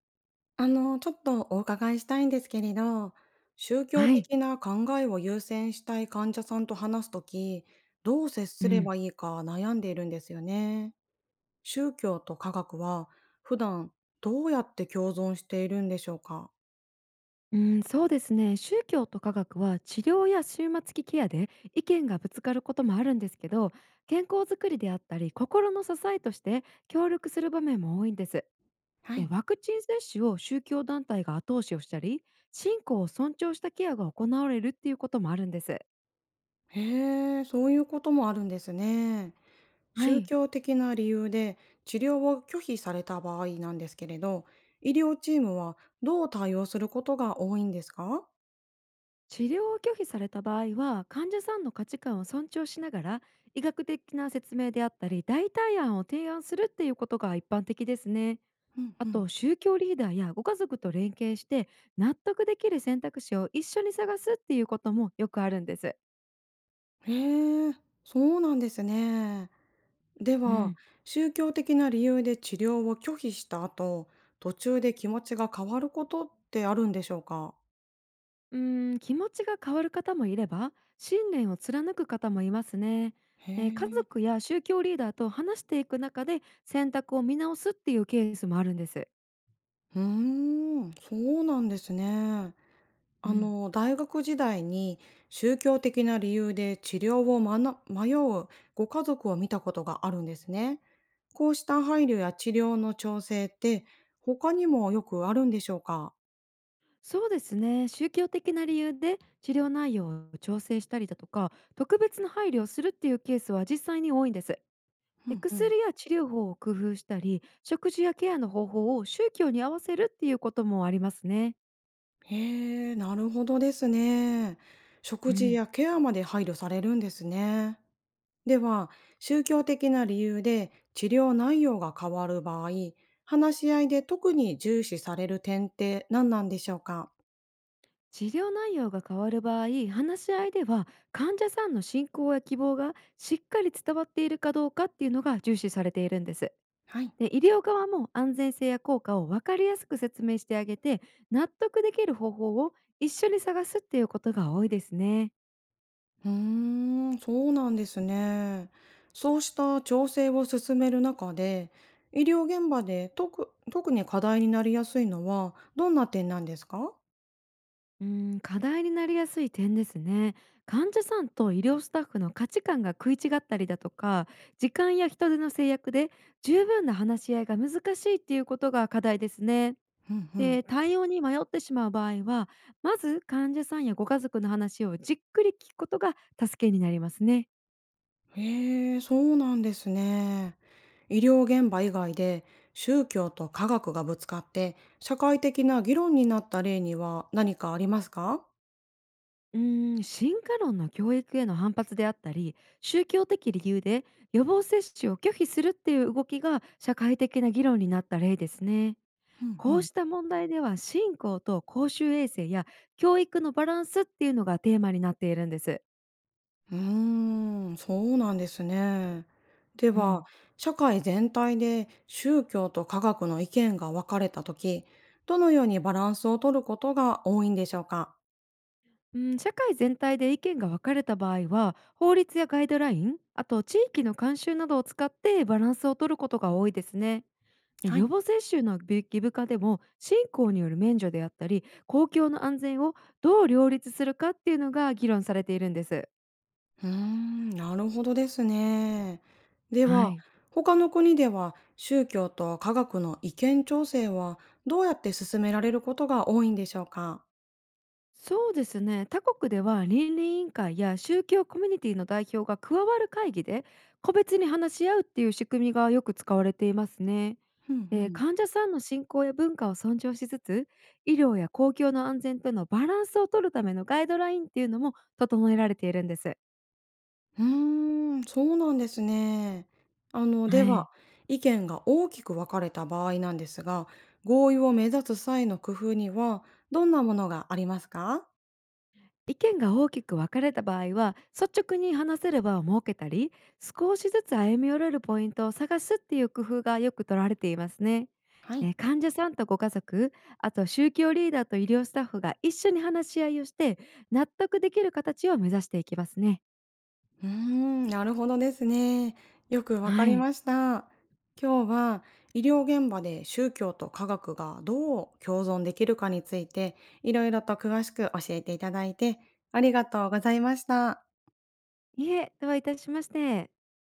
ちょっとお伺いしたいんですけれど、宗教はい。的な考えを優先したい患者さんと話すとき、どう接うすれん。ばいいか悩んでいるんですよね。宗教と科学は普段どうやって共存しているんでしょうか？うん、そうですね。宗教と科学は治療や終末期ケアで意見がぶつかることもあるんですけど、健康づくりであったり、心の支えとして協力する場面も多いんです。はでい。ワクチン接種を宗教団体が後押しをしたり、信仰を尊重したケアが行われるっていうこともあるんです。へえ、そういうこともあるんですね。は宗い。教的な理由で治療を拒否された場合なんですけれど、医療チームはどう対応することが多いんですか？治療を拒否された場合は、患者さんの価値観を尊重しながら、医学的な説明であったり、代替案を提案するっていうことが一般的ですね。うんあうん。と、宗教リーダーやご家族と連携して、納得できる選択肢を一緒に探すっていうこともよくあるんです。へえ、そうなんですね。でうは、ん、宗教的な理由で治療を拒否した後、途中で気持ちが変わることってあるんでしょうか？気持ちが変わる方もいれば、信念を貫く方もいますね。へね、家え。族や宗教リーダーと話していく中で選択を見直すっていうケースもあるんです。うーん、そうなんですね。うん、大学時代に宗教的な理由で治療を迷うご家族を見たことがあるんですね。こうした配慮や治療の調整って、他にもよくあるんでしょうか？そうですね、宗教的な理由で治療内容を調整したりだとか、特別な配慮をするっていうケースは実際に多いんです。うんうん。薬や治療法を工夫したり、食事やケアの方法を宗教に合わせるっていうこともありますね。へえ、なるほどですね。う食事ん、やケアまで配慮されるんですね。では、宗教的な理由で治療内容が変わる場合、話し合いで特に重視される点って何なんでしょうか？治療内容が変わる場合、話し合いでは患者さんの信仰や希望がしっかり伝わっているかどうかっていうのが重視されているんです。はい。で、医療側も安全性や効果を分かりやすく説明してあげて、納得できる方法を一緒に探すっていうことが多いですね。うーん、そうなんですね。そうした調整を進める中で、医療現場で特に課題になりやすいのはどんな点なんですか？課題になりやすい点ですね。患者さんと医療スタッフの価値観が食い違ったりだとか、時間や人手の制約で十分な話し合いが難しいっていうことが課題ですね。うんうん。で、対応に迷ってしまう場合は、まず患者さんやご家族の話をじっくり聞くことが助けになりますね。へえ、そうなんですね。医療現場以外で宗教と科学がぶつかって社会的な議論になった例には何かありますか？進化論の教育への反発であったり、宗教的理由で予防接種を拒否するっていう動きが社会的な議論になった例ですね。うんうこうん、した問題では、信仰と公衆衛生や教育のバランスっていうのがテーマになっているんです。うーん、そうなんですね。でうは、ん、社会全体で宗教と科学の意見が分かれたとき、どのようにバランスを取ることが多いんでしょうか？うん、社会全体で意見が分かれた場合は、法律やガイドライン、あと地域の慣習などを使ってバランスを取ることが多いですね。で、はい。予防接種の義務化でも、信仰による免除であったり、公共の安全をどう両立するかっていうのが議論されているんです。うーん、なるほどですね。ではは、い。他の国では宗教と科学の意見調整はどうやって進められることが多いんでしょうか？そうですね。他国では、倫理委員会や宗教コミュニティの代表が加わる会議で個別に話し合うっていう仕組みがよく使われていますね。うんうん。患者さんの信仰や文化を尊重しつつ、医療や公共の安全とのバランスを取るためのガイドラインっていうのも整えられているんです。うーん、そうなんですね。はでは、い、意見が大きく分かれた場合なんですが、合意を目指す際の工夫にはどんなものがありますか？意見が大きく分かれた場合は、率直に話せる場を設けたり、少しずつ歩み寄れるポイントを探すっていう工夫がよく取られていますね。はい。患者さんとご家族、あと宗教リーダーと医療スタッフが一緒に話し合いをして、納得できる形を目指していきますね。うーん、なるほどですね。よくわかはりい。ました。今日は医療現場で宗教と科学がどう共存できるかについていろいろと詳しく教えていただいてありがとうございました。いえ、とはいたしまして。